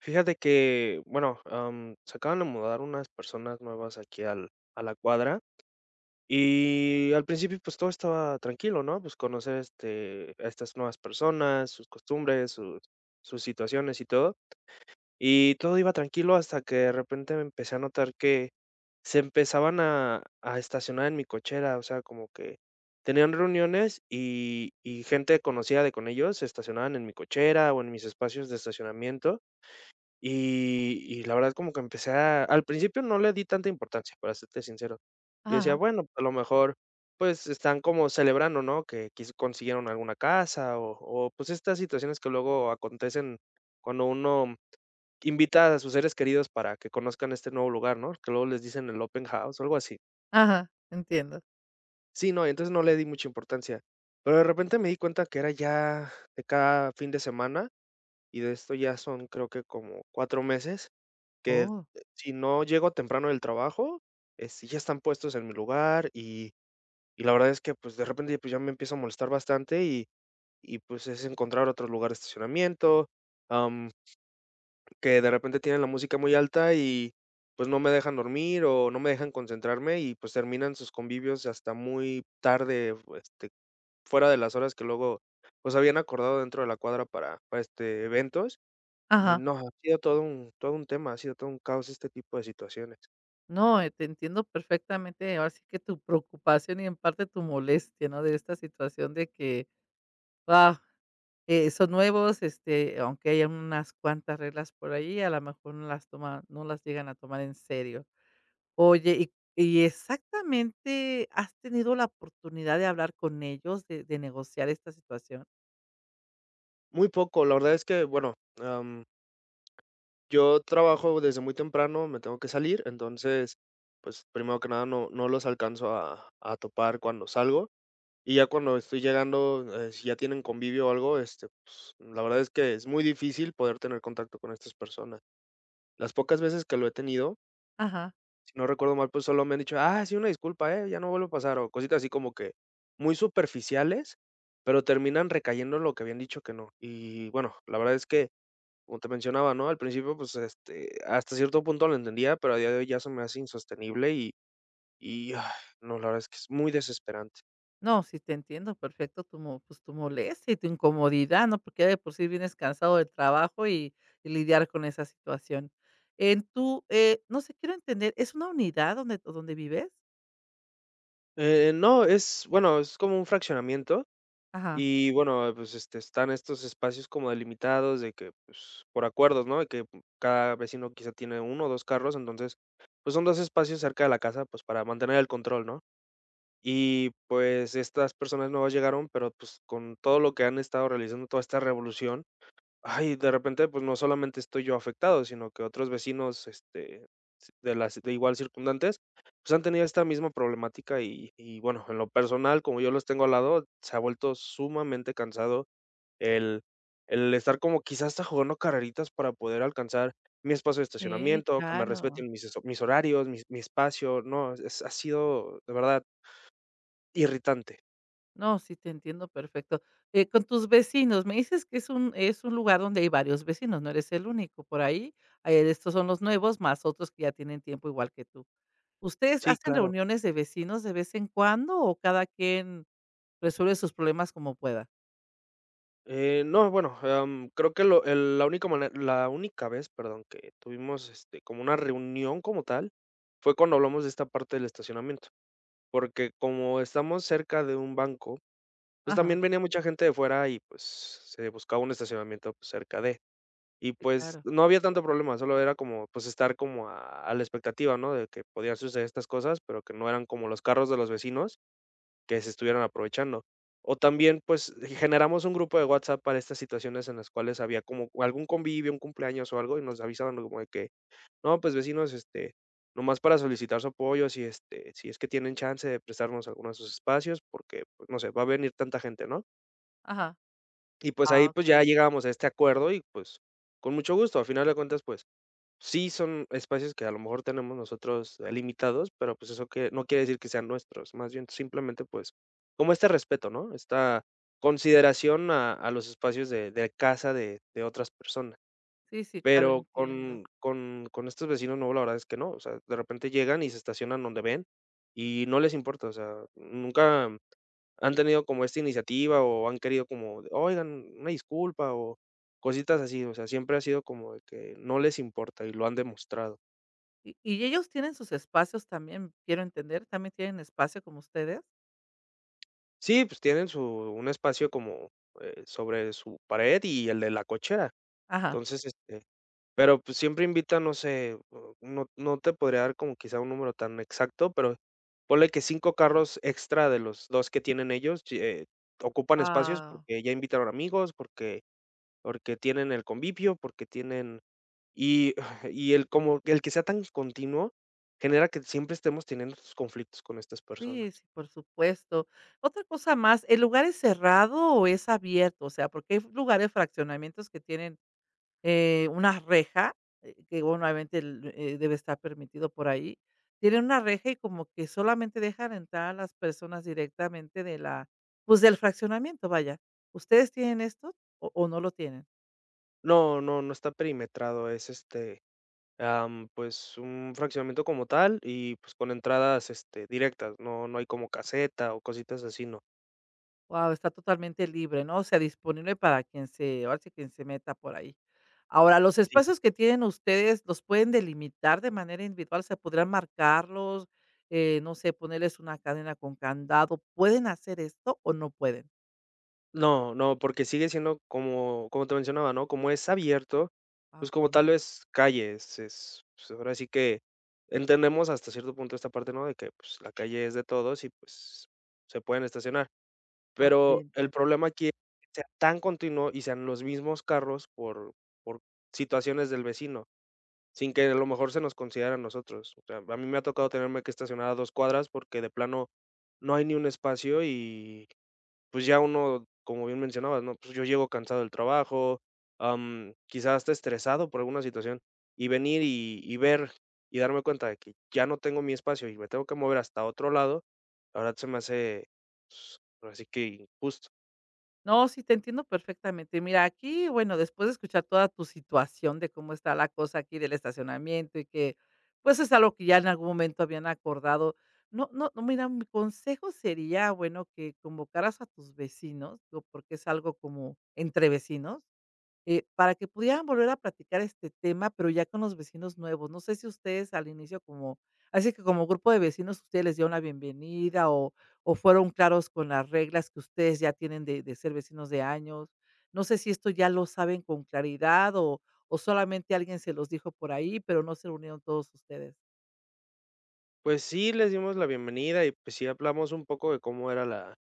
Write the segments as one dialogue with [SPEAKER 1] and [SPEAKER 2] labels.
[SPEAKER 1] Fíjate que, bueno, se acaban de mudar unas personas nuevas aquí a la cuadra y al principio pues todo estaba tranquilo, ¿no? Pues conocer a estas nuevas personas, sus costumbres, sus situaciones y todo. Y todo iba tranquilo hasta que de repente me empecé a notar que se empezaban a estacionar en mi cochera, o sea, como que tenían reuniones y gente conocida de con ellos se estacionaban en mi cochera o en mis espacios de estacionamiento. Y la verdad como que empecé a al principio no le di tanta importancia, para serte sincero. Yo decía:
[SPEAKER 2] Ajá,
[SPEAKER 1] "Bueno, a lo mejor, pues, están como celebrando, ¿no?, que quis consiguieron alguna casa", o, pues, estas situaciones que luego acontecen cuando uno invita a sus seres queridos para que conozcan este nuevo lugar, ¿no?, que luego les dicen el open house o algo así.
[SPEAKER 2] ajá, entiendo.
[SPEAKER 1] Sí, no, y entonces no le di mucha importancia, pero de repente me di cuenta que era ya de cada fin de semana, y de esto ya son creo que como 4 meses. Que
[SPEAKER 2] Oh.
[SPEAKER 1] si no llego temprano del trabajo, sí ya están puestos en mi lugar y la verdad es que, pues, de repente, pues, ya me empiezo a molestar bastante y, pues, es encontrar otro lugar de estacionamiento, am, que de repente tienen la música muy alta y, pues, no me dejan dormir o no me dejan concentrarme y, pues, terminan sus convivios hasta muy tarde, fuera de las horas que luego, pues, habían acordado dentro de la cuadra para, eventos y
[SPEAKER 2] Ajá.
[SPEAKER 1] no, ha sido todo un tema, ha sido todo un caos este tipo de situaciones.
[SPEAKER 2] No, te entiendo perfectamente, ahora sí que tu preocupación y en parte tu molestia, ¿no? De esta situación de que, ah, son nuevos, este, aunque haya unas cuantas reglas por ahí, a lo mejor no las llegan a tomar en serio. Oye, y exactamente, ¿has tenido la oportunidad de hablar con ellos, de negociar esta situación?
[SPEAKER 1] Muy poco, la verdad es que, bueno, am, yo trabajo desde muy temprano, me tengo que salir, entonces, pues, primero que nada, no los alcanzo a topar cuando salgo, y ya cuando estoy llegando, si ya tienen convivio o algo, este, pues, la verdad es que es muy difícil poder tener contacto con estas personas. Las pocas veces que lo he tenido,
[SPEAKER 2] Ajá.
[SPEAKER 1] si no recuerdo mal, pues, solo me han dicho: "Ah, sí, una disculpa, ya no vuelvo a pasar", o cositas así como que muy superficiales, pero terminan recayendo en lo que habían dicho que no. Y bueno, la verdad es que como te mencionaba, ¿no? Al principio, pues, este, hasta cierto punto lo entendía, pero a día de hoy ya se me hace insostenible y y, no, la verdad es que es muy desesperante.
[SPEAKER 2] No, si te entiendo, perfecto, tu mo pues, tu molestia y tu incomodidad, ¿no? Porque ya de por sí vienes cansado del trabajo y lidiar con esa situación. En tu, no sé, quiero entender, ¿es una unidad donde vives?
[SPEAKER 1] No, es, bueno, es como un fraccionamiento
[SPEAKER 2] Ajá.
[SPEAKER 1] y, bueno, pues, este, están estos espacios como delimitados de que, pues, por acuerdos, ¿no? De que cada vecino quizá tiene uno o 2 carros, entonces, pues, son 2 espacios cerca de la casa, pues, para mantener el control, ¿no? Y, pues, estas personas nuevas llegaron, pero, pues, con todo lo que han estado realizando, toda esta revolución, ay, de repente, pues, no solamente estoy yo afectado, sino que otros vecinos, este, s de las de igual circundantes, pues, han tenido esta misma problemática y bueno, en lo personal, como yo los tengo al lado, se ha vuelto sumamente cansado el estar como quizás hasta jugando carreritas para poder alcanzar mi espacio de estacionamiento, que me
[SPEAKER 2] Claro.
[SPEAKER 1] respeten mis horarios, mis mi espacio, no, es ha sido de verdad irritante.
[SPEAKER 2] No, sí te entiendo perfecto. Con tus vecinos, me dices que es un lugar donde hay varios vecinos, no eres el único por ahí, estos son los nuevos, más otros que ya tienen tiempo igual que tú. ¿Ustedes
[SPEAKER 1] Sí,
[SPEAKER 2] hacen
[SPEAKER 1] claro.
[SPEAKER 2] reuniones de vecinos de vez en cuando o cada quien resuelve sus problemas como pueda?
[SPEAKER 1] No, bueno, creo que lo el la única mane la única vez, perdón, que tuvimos, este, como una reunión como tal, fue cuando hablamos de esta parte del estacionamiento, porque como estamos cerca de un banco, pues,
[SPEAKER 2] Ajá.
[SPEAKER 1] también venía mucha gente de fuera y, pues, se buscaba un estacionamiento, pues, cerca de. Y,
[SPEAKER 2] Sí,
[SPEAKER 1] pues,
[SPEAKER 2] claro.
[SPEAKER 1] no había tanto problema, solo era como, pues, estar como a la expectativa, ¿no?, de que podían suceder estas cosas, pero que no eran como los carros de los vecinos que se estuvieran aprovechando. O también, pues, generamos un grupo de WhatsApp para estas situaciones en las cuales había como algún convivio, un cumpleaños o algo, y nos avisaban como de que, no, pues vecinos, este, nomás para solicitar su apoyo, si, este, si es que tienen chance de prestarnos alguno de sus espacios, porque, pues, no sé, va a venir tanta gente, ¿no?
[SPEAKER 2] Ajá.
[SPEAKER 1] Y pues ahí,
[SPEAKER 2] Ah,
[SPEAKER 1] pues ya
[SPEAKER 2] ok.
[SPEAKER 1] llegábamos a este acuerdo y pues con mucho gusto, a final de cuentas, pues sí, son espacios que a lo mejor tenemos nosotros, limitados, pero, pues, eso que no quiere decir que sean nuestros, más bien simplemente, pues, como este respeto, ¿no? Esta consideración a los espacios de casa de otras personas.
[SPEAKER 2] Sí, sí, claro,
[SPEAKER 1] Pero
[SPEAKER 2] entiendo.
[SPEAKER 1] con estos vecinos, no, la verdad es que no, o sea, de repente llegan y se estacionan donde ven y no les importa, o sea, nunca han tenido como esta iniciativa o han querido como, de, oigan, una disculpa o cositas así, o sea, siempre ha sido como de que no les importa y lo han demostrado.
[SPEAKER 2] ¿Y ellos tienen sus espacios también? Quiero entender, ¿también tienen espacio como ustedes?
[SPEAKER 1] Sí, pues tienen su un espacio como, sobre su pared y el de la cochera.
[SPEAKER 2] Ajá.
[SPEAKER 1] Entonces, este, pero, pues, siempre invita, no sé, o no no te podría dar como quizá un número tan exacto, pero ponle que 5 carros extra de los 2 que tienen ellos, lle ocupan espacios
[SPEAKER 2] Ah.
[SPEAKER 1] porque ya invitaron amigos, porque porque tienen el convivio, porque tienen y y el como el que sea tan continuo genera que siempre estemos teniendo estos conflictos con estas personas.
[SPEAKER 2] Sí, sí, por supuesto. Otra cosa más, ¿el lugar es cerrado o es abierto? O sea, porque hay lugares, fraccionamientos que tienen una reja, que bueno, obviamente el debe estar permitido por ahí. Tienen una reja y como que solamente dejan entrar a las personas directamente de la pues, del fraccionamiento, vaya. ¿Ustedes tienen esto o no lo tienen?
[SPEAKER 1] No, no, no está perimetrado, es, este, am, pues, un fraccionamiento como tal y, pues, con entradas, este, directas, no no hay como caseta o cositas así, no.
[SPEAKER 2] Wow, está totalmente libre, ¿no? O sea, disponible para quien se ahora sí, quien se meta por ahí. Ahora, los
[SPEAKER 1] Sí.
[SPEAKER 2] espacios que tienen ustedes, ¿los pueden delimitar de manera individual? Se sea, ¿podrían marcarlos? No sé, ponerles una cadena con candado, ¿pueden hacer esto o no pueden?
[SPEAKER 1] No, no, porque sigue siendo como como te mencionaba, ¿no? Como es abierto,
[SPEAKER 2] Ah,
[SPEAKER 1] pues, como
[SPEAKER 2] okey.
[SPEAKER 1] tal es calle, es, pues, ahora sí que entendemos hasta cierto punto esta parte, ¿no? De que, pues, la calle es de todos y, pues, se pueden estacionar.
[SPEAKER 2] Okey,
[SPEAKER 1] Pero el
[SPEAKER 2] entiendo.
[SPEAKER 1] problema aquí es que sea tan continuo y sean los mismos carros por situaciones del vecino. Sin que a lo mejor se nos considere a nosotros. O sea, a mí me ha tocado tenerme que estacionar a 2 cuadras porque de plano no hay ni un espacio y, pues, ya uno, como bien mencionabas, ¿no? Pues, yo llego cansado del trabajo, quizás hasta estresado por alguna situación, y venir y ver y darme cuenta de que ya no tengo mi espacio y me tengo que mover hasta otro lado, la verdad se me hace, pues, ahora sí que injusto.
[SPEAKER 2] No, sí, te entiendo perfectamente. Mira, aquí, bueno, después de escuchar toda tu situación de cómo está la cosa aquí del estacionamiento y que, pues, es algo que ya en algún momento habían acordado. No, mira, mi consejo sería, bueno, que convocaras a tus vecinos, digo, porque es algo como entre vecinos. Para que pudieran volver a platicar este tema, pero ya con los vecinos nuevos. No sé si ustedes al inicio como así que como grupo de vecinos ustedes les dieron la bienvenida o fueron claros con las reglas que ustedes ya tienen de ser vecinos de años. No sé si esto ya lo saben con claridad o solamente alguien se los dijo por ahí, pero no se reunieron todos ustedes.
[SPEAKER 1] Pues sí, les dimos la bienvenida y, pues, sí hablamos un poco de cómo era la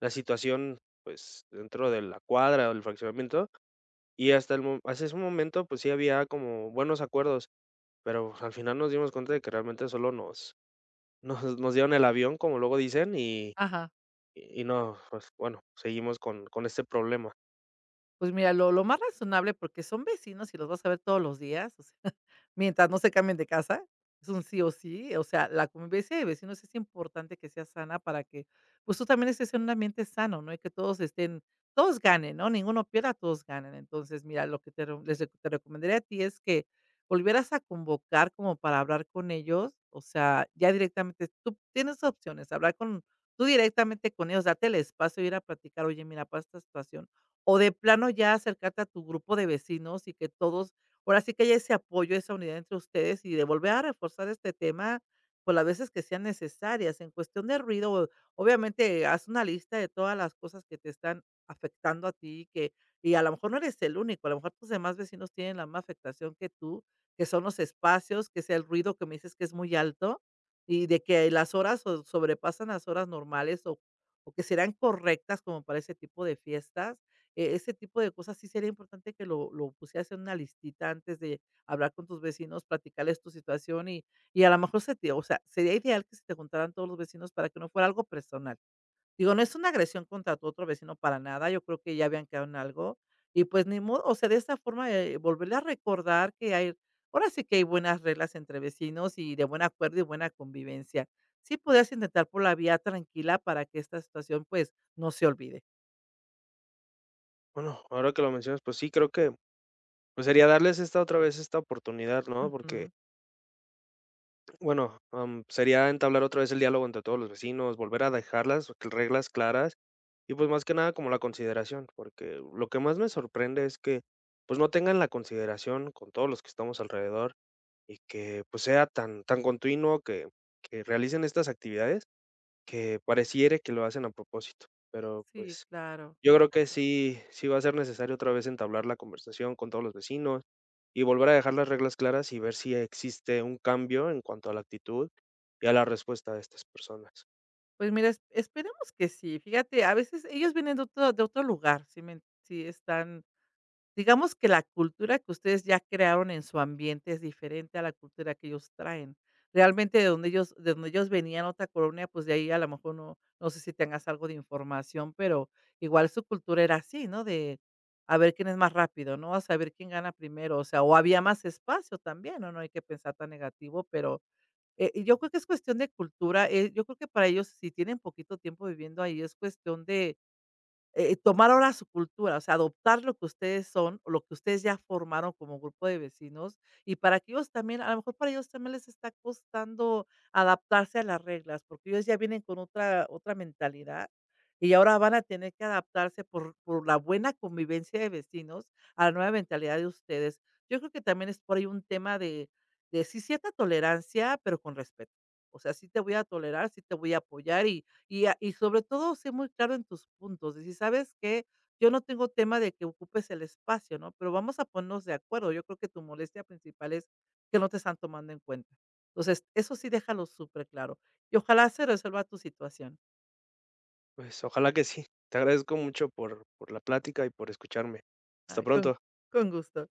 [SPEAKER 1] la situación, pues, dentro de la cuadra o el fraccionamiento, y hasta el mo hasta ese momento, pues sí había como buenos acuerdos, pero pues, al final nos dimos cuenta de que realmente solo nos nos dieron el avión, como luego dicen, y
[SPEAKER 2] Ajá.
[SPEAKER 1] no, pues bueno, seguimos con este problema.
[SPEAKER 2] Pues mira, lo más razonable, porque son vecinos y los vas a ver todos los días, o sea, mientras no se cambien de casa, es un sí o sí. O sea, la convivencia de vecinos es importante que sea sana para que, pues, tú también estés en un ambiente sano, ¿no? Y que todos estén todos ganen, ¿no? Ninguno pierda, todos ganen. Entonces, mira, lo que te recomendaría a ti es que volvieras a convocar como para hablar con ellos, o sea, ya directamente tú tienes opciones, hablar con tú directamente con ellos, date el espacio de ir a platicar: "Oye, mira, pasa esta situación", o de plano ya acercarte a tu grupo de vecinos y que todos ahora sí que hay ese apoyo, esa unidad entre ustedes y de volver a reforzar este tema por las veces que sean necesarias. En cuestión de ruido, obviamente haz una lista de todas las cosas que te están afectando a ti que, y a lo mejor no eres el único, a lo mejor tus demás vecinos tienen la misma afectación que tú, que son los espacios, que sea el ruido que me dices que es muy alto y de que las horas sobrepasan las horas normales o que serán correctas como para ese tipo de fiestas e ese tipo de cosas, sí sería importante que lo pusieras en una listita antes de hablar con tus vecinos, platicarles tu situación y a lo mejor se te o sea, sería ideal que se te juntaran todos los vecinos para que no fuera algo personal. Digo, no es una agresión contra tu otro vecino para nada, yo creo que ya habían quedado en algo y, pues, ni modo, o sea, de esa forma, volverle a recordar que hay ahora sí que hay buenas reglas entre vecinos y de buen acuerdo y buena convivencia. Sí podrías intentar por la vía tranquila para que esta situación, pues, no se olvide.
[SPEAKER 1] Bueno, ahora que lo mencionas, pues sí, creo que, pues sería darles esta otra vez esta oportunidad, ¿no? Porque
[SPEAKER 2] Ujú.
[SPEAKER 1] bueno, sería entablar otra vez el diálogo entre todos los vecinos, volver a dejar las reglas claras y pues más que nada como la consideración, porque lo que más me sorprende es que pues no tengan la consideración con todos los que estamos alrededor y que pues sea tan, tan continuo que realicen estas actividades que pareciere que lo hacen a propósito, pero
[SPEAKER 2] Sí,
[SPEAKER 1] pues
[SPEAKER 2] claro,
[SPEAKER 1] yo creo que
[SPEAKER 2] claro.
[SPEAKER 1] sí va a ser necesario otra vez entablar la conversación con todos los vecinos y volver a dejar las reglas claras y ver si existe un cambio en cuanto a la actitud y a la respuesta de estas personas.
[SPEAKER 2] Pues mira, es esperemos que sí. Fíjate, a veces ellos vienen de otro lugar, sí me sí están, digamos que la cultura que ustedes ya crearon en su ambiente es diferente a la cultura que ellos traen. Realmente de donde ellos venían, otra colonia, pues, de ahí a lo mejor no sé si tengas algo de información, pero igual su cultura era así, ¿no? De a ver quién es más rápido, ¿no? A saber quién gana primero, o sea, o había más espacio también, ¿no? No hay que pensar tan negativo, pero y yo creo que es cuestión de cultura, yo creo que para ellos, si tienen poquito tiempo viviendo ahí, es cuestión de tomar ahora su cultura, o sea, adoptar lo que ustedes son, o lo que ustedes ya formaron como grupo de vecinos, y para que ellos también, a lo mejor para ellos también les está costando adaptarse a las reglas, porque ellos ya vienen con otra, otra mentalidad y ahora van a tener que adaptarse por la buena convivencia de vecinos a la nueva mentalidad de ustedes. Yo creo que también es por ahí un tema de sí cierta tolerancia, pero con respeto. O sea, sí te voy a tolerar, sí te voy a apoyar y a y sobre todo, sé muy claro en tus puntos. Decir: "¿Sabes que Yo no tengo tema de que ocupes el espacio", ¿no? Pero vamos a ponernos de acuerdo. Yo creo que tu molestia principal es que no te están tomando en cuenta. Entonces, eso sí déjalo súper claro. Y ojalá se resuelva tu situación.
[SPEAKER 1] Pues, ojalá que sí. Te agradezco mucho por la plática y por escucharme. Hasta
[SPEAKER 2] Ay,
[SPEAKER 1] pronto.
[SPEAKER 2] con gusto.